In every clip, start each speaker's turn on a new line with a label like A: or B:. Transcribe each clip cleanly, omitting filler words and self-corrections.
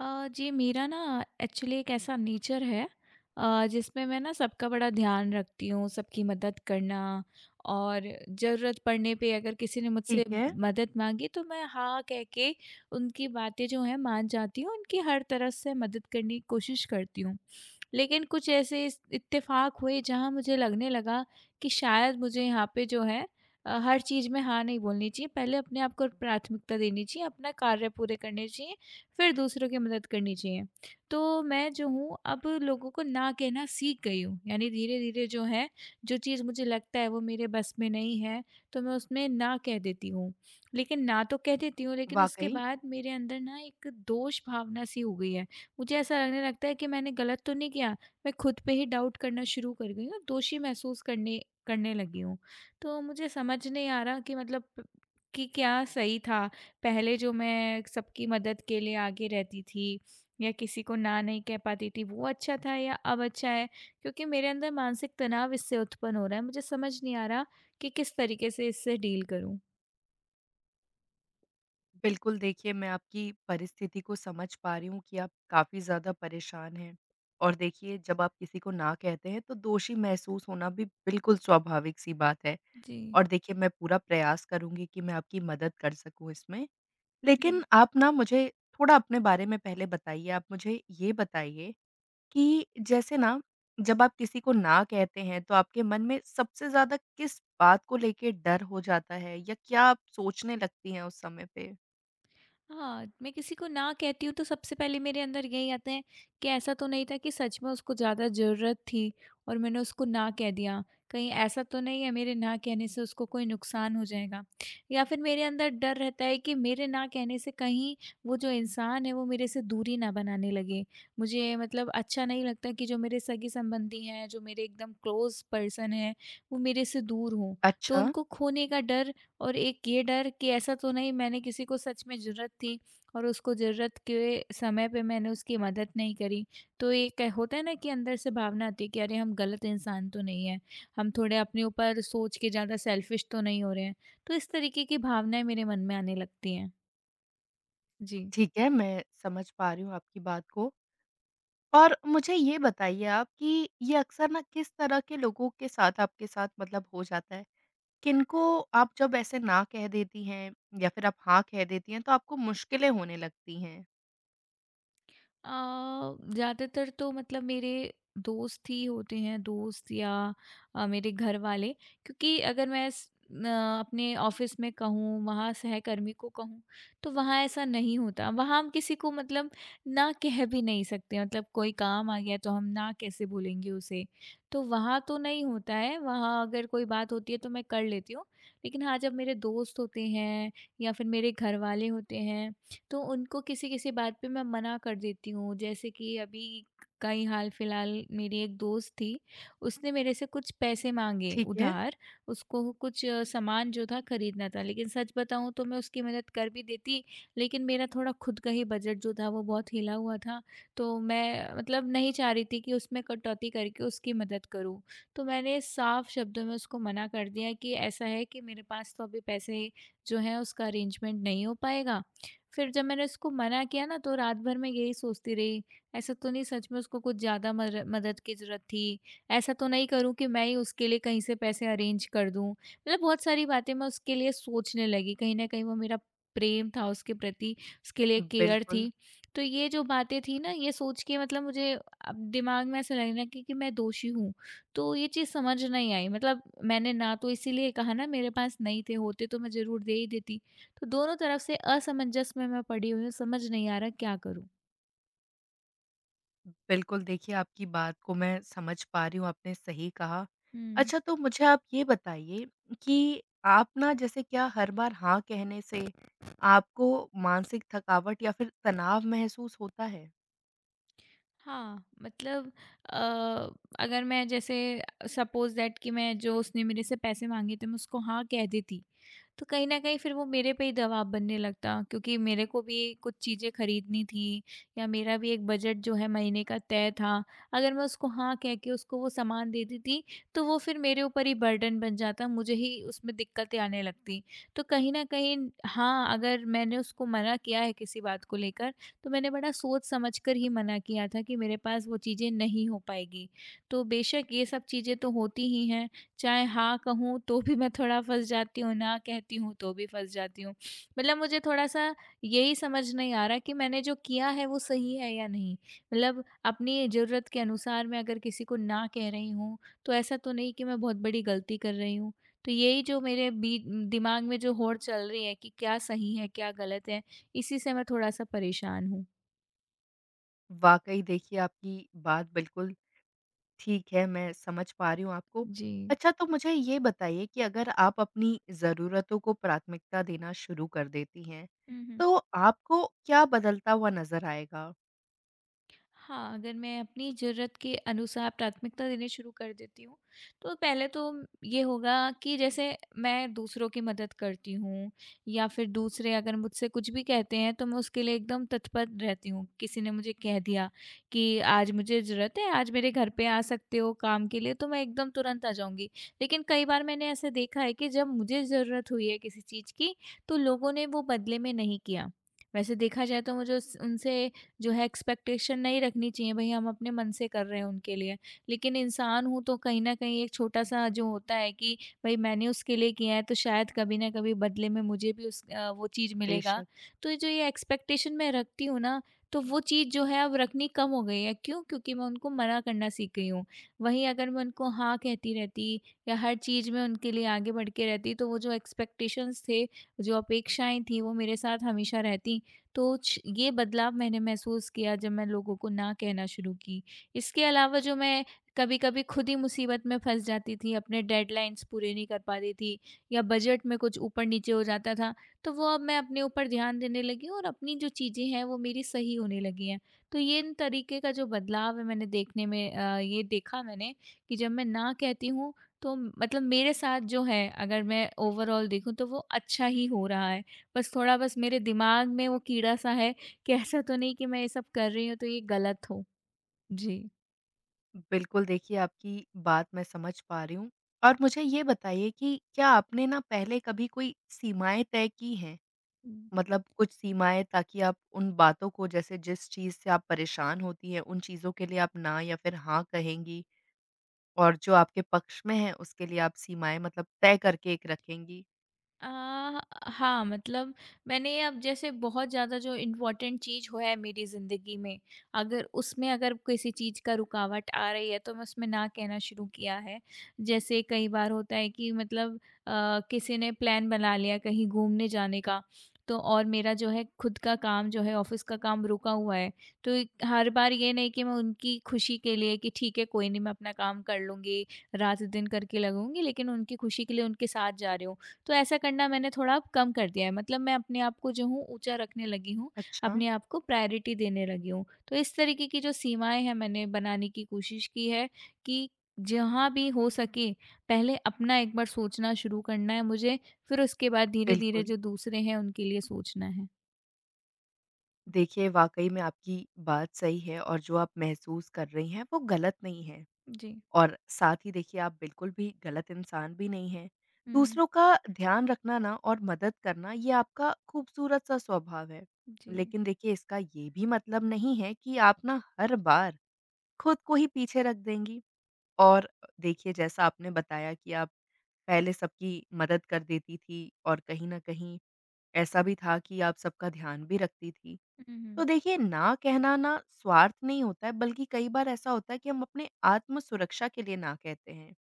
A: जी मेरा ना एक्चुअली एक ऐसा नेचर है, जिसमें मैं ना सबका बड़ा ध्यान रखती हूँ, सबकी मदद करना और ज़रूरत पड़ने पे अगर किसी ने मुझसे
B: ठीक है।
A: मदद मांगी तो मैं हाँ कह के उनकी बातें जो हैं मान जाती हूँ, उनकी हर तरह से मदद करने की कोशिश करती हूँ। लेकिन कुछ ऐसे इत्तेफाक हुए जहाँ मुझे लगने लगा कि शायद मुझे यहाँ पे जो है हर चीज़ में हाँ नहीं बोलनी चाहिए, पहले अपने आप को प्राथमिकता देनी चाहिए, अपना कार्य पूरे करने चाहिए, फिर दूसरों की मदद करनी चाहिए। तो मैं जो हूँ अब लोगों को ना कहना सीख गई हूँ। यानी धीरे-धीरे जो है, जो चीज़ मुझे लगता है वो मेरे बस में नहीं है, तो मैं उसमें ना कह देती हूँ। लेकिन ना तो कह देती हूँ, लेकिन उसके
B: वाक़ई।
A: बाद मेरे अंदर ना एक दोष भावना सी हो गई है। मुझे ऐसा लगने लगता है कि मैंने गलत तो नहीं किया? मैं खुद पे ही डाउट करना शुरू कर गई हूँ, दोषी महसूस करने करने लगी हूँ। तो मुझे समझ नहीं आ रहा कि मतलब कि क्या सही था? पहले जो मैं सबकी मदद के लिए आगे रहती थी या किसी को ना नहीं कह पाती थी, वो अच्छा था या अब अच्छा है? क्योंकि मेरे अंदर मानसिक तनाव इससे उत्पन्न हो रहा है, मुझे समझ नहीं आ रहा कि किस तरीके से इससे डील करूं।
B: बिल्कुल, देखिए मैं आपकी परिस्थिति को समझ पा रही हूँ कि आप काफ़ी ज़्यादा परेशान हैं। और देखिए, जब आप किसी को ना कहते हैं तो दोषी महसूस होना भी बिल्कुल स्वाभाविक-सी बात है।
A: जी।
B: और देखिए, मैं पूरा प्रयास करूँगी कि मैं आपकी मदद कर सकूँ इसमें। लेकिन आप ना मुझे थोड़ा अपने बारे में पहले बताइए। आप मुझे ये बताइए कि जैसे ना, जब आप किसी को ना कहते हैं तो आपके मन में सबसे ज़्यादा किस बात को लेके डर हो जाता है, या क्या आप सोचने लगती हैं उस समय पे?
A: हाँ, मैं किसी को ना कहती हूँ तो सबसे पहले मेरे अंदर यही आता है कि ऐसा तो नहीं था कि सच में उसको ज़्यादा ज़रूरत थी और मैंने उसको ना कह दिया। कहीं ऐसा तो नहीं है मेरे ना कहने से उसको कोई नुकसान हो जाएगा? या फिर मेरे अंदर डर रहता है कि मेरे ना कहने से कहीं वो जो इंसान है वो मेरे से दूरी ना बनाने लगे। मुझे मतलब अच्छा नहीं लगता कि जो मेरे सगे-संबंधी हैं, जो मेरे एकदम क्लोज़ पर्सन हैं, वो मेरे से दूर हों। तो
B: अच्छा।
A: उनको खोने का डर और एक ये डर कि ऐसा तो नहीं मैंने किसी को सच में ज़रूरत थी और उसको ज़रूरत के समय पे मैंने उसकी मदद नहीं करी। तो एक होता है ना कि अंदर से भावना आती है कि अरे हम गलत इंसान तो नहीं हैं, हम थोड़े अपने ऊपर सोच के ज़्यादा सेल्फिश तो नहीं हो रहे हैं। तो इस तरीके की भावनाएँ मेरे मन में आने लगती हैं। जी।
B: ठीक है, मैं समझ पा रही हूँ आपकी बात को। और मुझे ये बताइए आप, कि ये अक्सर ना किस तरह के लोगों के साथ आपके साथ मतलब हो जाता है? किनको आप जब ऐसे ना कह देती हैं या फिर आप हाँ कह देती हैं तो आपको मुश्किलें होने लगती हैं?
A: अ, ज़्यादातर तो मतलब मेरे दोस्त ही होते हैं, दोस्त या मेरे घर वाले। क्योंकि अगर मैं न, अपने ऑफिस में कहूँ, वहाँ सहकर्मी को कहूँ, तो वहाँ ऐसा नहीं होता। वहाँ हम किसी को मतलब ना कह भी नहीं सकते, मतलब कोई काम आ गया तो हम ना कैसे बोलेंगे उसे। तो वहाँ तो नहीं होता है, वहाँ अगर कोई बात होती है तो मैं कर लेती हूँ। लेकिन हाँ, जब मेरे दोस्त होते हैं या फिर मेरे घर वाले होते हैं, तो उनको किसी-किसी बात पे मैं मना कर देती हूँ। जैसे कि अभी का ही हाल फिलहाल मेरी एक दोस्त थी, उसने मेरे से कुछ पैसे माँगे
B: ठीक है।
A: उधार, उसको कुछ सामान जो था खरीदना था। लेकिन सच बताऊँ तो मैं उसकी मदद कर भी देती, लेकिन मेरा थोड़ा खुद का ही बजट जो था वो बहुत हिला हुआ था। तो मैं मतलब नहीं चाह रही थी कि उसमें कटौती करके उसकी मदद करूँ। तो मैंने साफ शब्दों में उसको मना कर दिया कि ऐसा है कि मेरे पास तो अभी पैसे जो हैं उसका अरेंजमेंट नहीं हो पाएगा। फिर जब मैंने उसको मना किया ना, तो रात भर मैं यही सोचती रही, ऐसा तो नहीं सच में उसको कुछ ज़्यादा मदद की ज़रूरत थी, ऐसा तो नहीं करूं कि मैं ही उसके लिए कहीं से पैसे अरेंज कर दूं, मतलब बहुत सारी बातें मैं उसके लिए सोचने लगी, कहीं ना कहीं वो मेरा प्रेम था उसके प्रति, उसके लिए केयर
B: बिल्कुल।
A: थी। तो ये जो बातें थी ना, ये सोच के मतलब मुझे अब दिमाग में ऐसा लगने लगा कि मैं दोषी हूँ। तो ये चीज़ समझ नहीं आई, मतलब मैंने ना तो इसीलिए कहा ना, मेरे पास नहीं थे, होते तो मैं ज़रूर दे ही देती। तो दोनों तरफ से असमंजस में मैं पड़ी हुई हूँ, समझ नहीं आ रहा क्या करूँ?
B: बिल्कुल, देखिए आपकी बात को मैं समझ पा रही हूँ, आपने सही कहा।
A: हुँ।
B: अच्छा, तो मुझे आप ये बताइए कि आप ना, जैसे, क्या हर बार हाँ कहने से आपको मानसिक थकावट या फिर तनाव महसूस होता है?
A: हाँ, मतलब अ, अगर मैं जैसे सपोज़ दैट कि मैं जो उसने मेरे से पैसे माँगे थे, मैं उसको हाँ कह देती, तो कहीं न कहीं फिर वो मेरे पे ही दबाव बनने लगता, क्योंकि मेरे को भी कुछ चीज़ें खरीदनी थी या मेरा भी एक बजट जो है महीने का तय था। अगर मैं उसको हाँ कह के उसको वो सामान दे देती, तो वो फिर मेरे ऊपर ही बर्डन बन जाता, मुझे ही उसमें दिक्कतें आने लगती। तो कहीं न कहीं हाँ, अगर मैंने उसको मना किया है किसी बात को लेकर, तो मैंने बड़ा सोच समझ कर ही मना किया था कि मेरे पास वो चीज़ें नहीं हो पाएगी। तो बेशक ये सब चीज़ें तो होती ही हैं, चाहे हाँ कहूँ तो भी मैं थोड़ा फँस जाती हूँ, ना कहती हूँ तो भी फँस जाती हूँ। मतलब मुझे थोड़ा-सा यही समझ नहीं आ रहा कि मैंने जो किया है वो सही है या नहीं? मतलब अपनी ज़रूरत के अनुसार मैं अगर किसी को ना कह रही हूँ, तो ऐसा तो नहीं कि मैं बहुत बड़ी गलती कर रही हूँ। तो यही जो मेरे बी दिमाग में जो होड़ चल रही है कि क्या सही है, क्या गलत है, इसी से मैं थोड़ा-सा परेशान हूँ।
B: वाक़ई, देखिए आपकी बात बिल्कुल ठीक है, मैं समझ पा रही हूँ आपको।
A: जी।
B: अच्छा, तो मुझे ये बताइए कि अगर आप अपनी ज़रूरतों को प्राथमिकता देना शुरू कर देती हैं,
A: हुँ, हुँ,
B: तो आपको क्या बदलता हुआ नज़र आएगा?
A: हाँ, अगर मैं अपनी ज़रूरत के अनुसार प्राथमिकता देनी शुरू कर देती हूँ, तो पहले तो ये होगा कि जैसे मैं दूसरों की मदद करती हूँ या फिर दूसरे अगर मुझसे कुछ भी कहते हैं तो मैं उसके लिए एकदम तत्पर रहती हूँ। किसी ने मुझे कह दिया कि आज मुझे ज़रूरत है, आज मेरे घर पे आ सकते हो काम के लिए, तो मैं एकदम तुरंत आ जाऊँगी। लेकिन कई बार मैंने ऐसे देखा है कि जब मुझे ज़रूरत हुई है किसी चीज़ की, तो लोगों ने वो बदले में नहीं किया। वैसे देखा जाए तो मुझे उस उनसे जो है एक्सपेक्टेशन नहीं रखनी चाहिए, भाई हम अपने मन से कर रहे हैं उनके लिए। लेकिन इंसान हूँ तो कहीं न कहीं एक छोटा-सा जो होता है कि भाई मैंने उसके लिए किया है तो शायद कभी न कभी बदले में मुझे भी उस वो चीज़ मिलेगा। तो ये जो ये एक्सपेक्टेशन मैं रखती हूँ ना, तो वो चीज़ जो है अब रखनी कम हो गई है। क्यों? क्योंकि मैं उनको मना करना सीख गई हूँ। वहीं अगर मैं उनको हाँ कहती रहती या हर चीज़ में उनके लिए आगे बढ़ के रहती, तो वो जो एक्सपेक्टेशंस थे, जो अपेक्षाएँ थी, वो मेरे साथ हमेशा रहती। तो छ ये बदलाव मैंने महसूस किया जब मैं लोगों को ना कहना शुरू की। इसके अलावा जो मैं कभी-कभी खुद ही मुसीबत में फँस जाती थी, अपने डेडलाइन्स पूरे नहीं कर पाती थी या बजट में कुछ ऊपर-नीचे हो जाता था, तो वो अब मैं अपने ऊपर ध्यान देने लगी हूँ और अपनी जो चीज़ें हैं वो मेरी सही होने लगी हैं। तो ये इन तरीके का जो बदलाव है मैंने देखने में ये देखा मैंने कि जब मैं ना कहती हूँ तो मतलब मेरे साथ जो है अगर मैं ओवरऑल देखूँ तो वो अच्छा ही हो रहा है। बस थोड़ा बस मेरे दिमाग में वो कीड़ा सा है कि ऐसा तो नहीं कि मैं ये सब कर रही हूँ तो ये गलत हो। जी।
B: बिल्कुल, देखिए आपकी बात मैं समझ पा रही हूँ। और मुझे ये बताइए कि क्या आपने ना पहले कभी कोई सीमाएँ तय की हैं? मतलब, कुछ सीमाएँ, ताकि आप उन बातों को, जैसे जिस चीज़ से आप परेशान होती हैं, उन चीज़ों के लिए आप ना या फिर हाँ कहेंगी, और जो आपके पक्ष में है उसके लिए आप सीमाएँ मतलब तय करके एक रखेंगी?
A: आ, हाँ मतलब मैंने अब जैसे बहुत ज़्यादा जो इम्पोर्टेंट चीज़ हो है मेरी ज़िंदगी में, अगर उसमें अगर किसी चीज़ का रुकावट आ रही है तो मैं उसमें ना कहना शुरू किया है। जैसे कई बार होता है कि मतलब किसी ने प्लान बना लिया कहीं घूमने जाने का, तो और मेरा जो है खुद का काम जो है ऑफिस का काम रुका हुआ है, तो हर बार ये नहीं कि मैं उनकी खुशी के लिए कि ठीक है कोई नहीं मैं अपना काम कर लूँगी, रात दिन करके लगूंगी, लेकिन उनकी खुशी के लिए उनके साथ जा रही हूँ। तो ऐसा करना मैंने थोड़ा अब कम कर दिया है, मतलब मैं अपने आप को जो हूँ ऊँचा रखने लगी हूँ,
B: अच्छा।
A: अपने आप को प्रायोरिटी देने लगी हूँ। तो इस तरीके की जो सीमाएँ हैं मैंने बनाने की कोशिश की है कि जहाँ भी हो सके पहले अपना एक बार सोचना शुरू करना है मुझे, फिर उसके बाद धीरे-धीरे
B: बिल्कुल।
A: जो दूसरे हैं उनके लिए सोचना है।
B: देखिए, वाक़ई में आपकी बात सही है, और जो आप महसूस कर रही हैं वो गलत नहीं है।
A: जी।
B: और साथ ही देखिए, आप बिल्कुल भी गलत इंसान भी नहीं हैं।
A: हुँ,
B: दूसरों का ध्यान रखना ना, और मदद करना, ये आपका खूबसूरत सा स्वभाव है।
A: जी।
B: लेकिन देखिए, इसका ये भी मतलब नहीं है कि आप ना हर बार खुद को ही पीछे रख देंगी। और देखिए, जैसा आपने बताया कि आप पहले सबकी मदद कर देती थी, और कहीं न कहीं ऐसा भी था कि आप सबका ध्यान भी रखती थी।
A: हुँ,
B: तो
A: हुँ,
B: देखिए, ना कहना ना स्वार्थ नहीं होता है, बल्कि कई बार ऐसा होता है कि हम अपने आत्म सुरक्षा के लिए ना कहते हैं।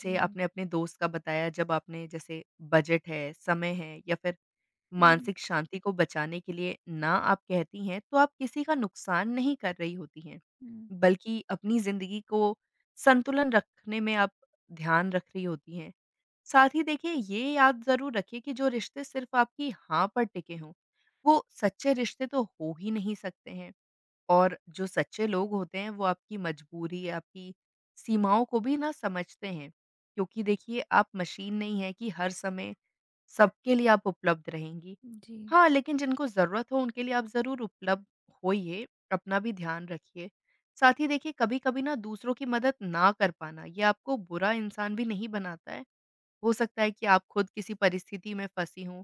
A: जी।
B: आपने अपने दोस्त का बताया, जब आपने, जैसे, बजट है, समय है, या फिर
A: हुँ, हुँ,
B: मानसिक शांति को बचाने के लिए ना आप कहती हैं, तो आप किसी का नुकसान नहीं कर रही होती हैं,
A: हुँ,
B: बल्कि अपनी ज़िंदगी को संतुलन रखने में आप ध्यान रख रही होती हैं। साथ ही देखिए, ये याद ज़रूर रखिए कि जो रिश्ते सिर्फ़ आपकी हाँ पर टिके हों, वो सच्चे रिश्ते तो हो ही नहीं सकते हैं। और जो सच्चे लोग होते हैं, वो आपकी मजबूरी, आपकी सीमाओं को भी ना समझते हैं। क्योंकि देखिए, आप मशीन नहीं हैं कि हर समय सबके लिए आप उपलब्ध रहेंगी।
A: जी।
B: हाँ, लेकिन जिनको ज़रूरत हो उनके लिए आप ज़रूर उपलब्ध होइए, अपना भी ध्यान रखिए। साथ ही देखिए, कभी-कभी ना दूसरों की मदद ना कर पाना, ये आपको बुरा इंसान भी नहीं बनाता है। हो सकता है कि आप खुद किसी परिस्थिति में फँसी हों,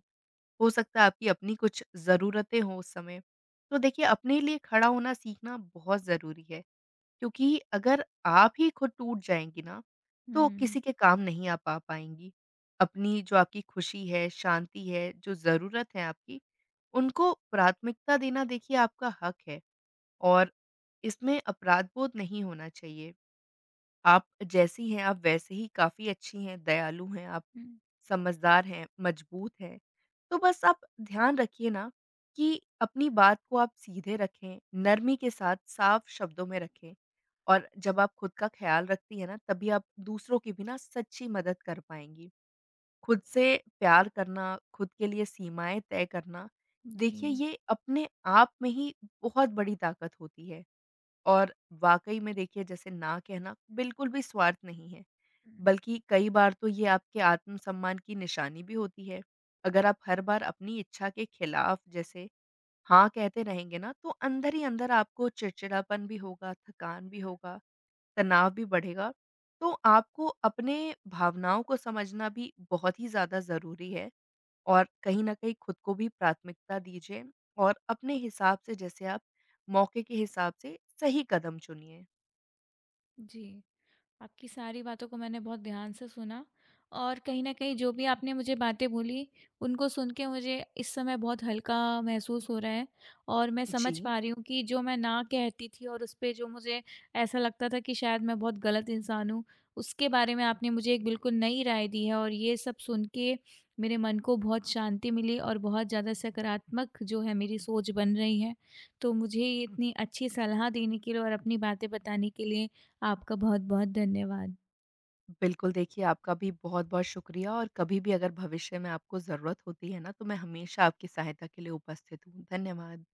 B: हो सकता है आपकी अपनी कुछ ज़रूरतें हों उस समय। तो देखिए, अपने लिए खड़ा होना सीखना बहुत ज़रूरी है, क्योंकि अगर आप ही खुद टूट जाएँगी ना, तो
A: हुँ,
B: किसी के काम नहीं आप आ पाएँगी। अपनी, जो आपकी खुशी है, शांति है, जो ज़रूरत है आपकी, उनको प्राथमिकता देना देखिए आपका हक है, और इसमें अपराध बोध नहीं होना चाहिए। आप जैसी हैं, आप वैसे ही काफ़ी अच्छी हैं, दयालु हैं, आप
A: हुँ,
B: समझदार हैं, मजबूत हैं। तो बस आप ध्यान रखिए ना, कि अपनी बात को आप सीधे रखें, नरमी के साथ साफ शब्दों में रखें, और जब आप खुद का ख्याल रखती हैं ना, तभी आप दूसरों की भी ना सच्ची मदद कर पाएँगी। खुद से प्यार करना, खुद के लिए सीमाएँ तय करना,
A: जी।
B: देखिए, ये अपने आप में ही बहुत बड़ी ताकत होती है। और वाक़ई में देखिए, जैसे ना कहना बिल्कुल भी स्वार्थ नहीं है,
A: हुँ,
B: बल्कि कई बार तो ये आपके आत्मसम्मान की निशानी भी होती है। अगर आप हर बार अपनी इच्छा के खिलाफ, जैसे, हाँ कहते रहेंगे ना, तो अंदर ही अंदर आपको चिड़चिड़ापन भी होगा, थकान भी होगा, तनाव भी बढ़ेगा। तो आपको अपने भावनाओं को समझना भी बहुत ही ज़्यादा ज़रूरी है, और कहीं न कहीं खुद को भी प्राथमिकता दीजिए, और अपने हिसाब से, जैसे आप मौके के हिसाब से, सही कदम चुनिए।
A: जी। आपकी सारी बातों को मैंने बहुत ध्यान से सुना और कहीं न कहीं जो भी आपने मुझे बातें बोली, उनको सुन के मुझे इस समय बहुत हल्का महसूस हो रहा है और मैं समझ
B: जी,
A: पा रही हूँ कि जो मैं ना कहती थी और उस पे जो मुझे ऐसा लगता था कि शायद मैं बहुत गलत इंसान हूँ, उसके बारे में आपने मुझे एक बिल्कुल नई राय दी है और ये सब सुन के मेरे मन को बहुत शांति मिली और बहुत ज़्यादा सकारात्मक जो है मेरी सोच बन रही है। तो मुझे ये इतनी अच्छी सलाह देने के लिए और अपनी बातें बताने के लिए आपका बहुत-बहुत धन्यवाद।
B: बिल्कुल। देखिए, आपका भी बहुत-बहुत शुक्रिया, और कभी भी अगर भविष्य में आपको ज़रूरत होती है ना, तो मैं हमेशा आपकी सहायता के लिए उपस्थित हूँ। धन्यवाद।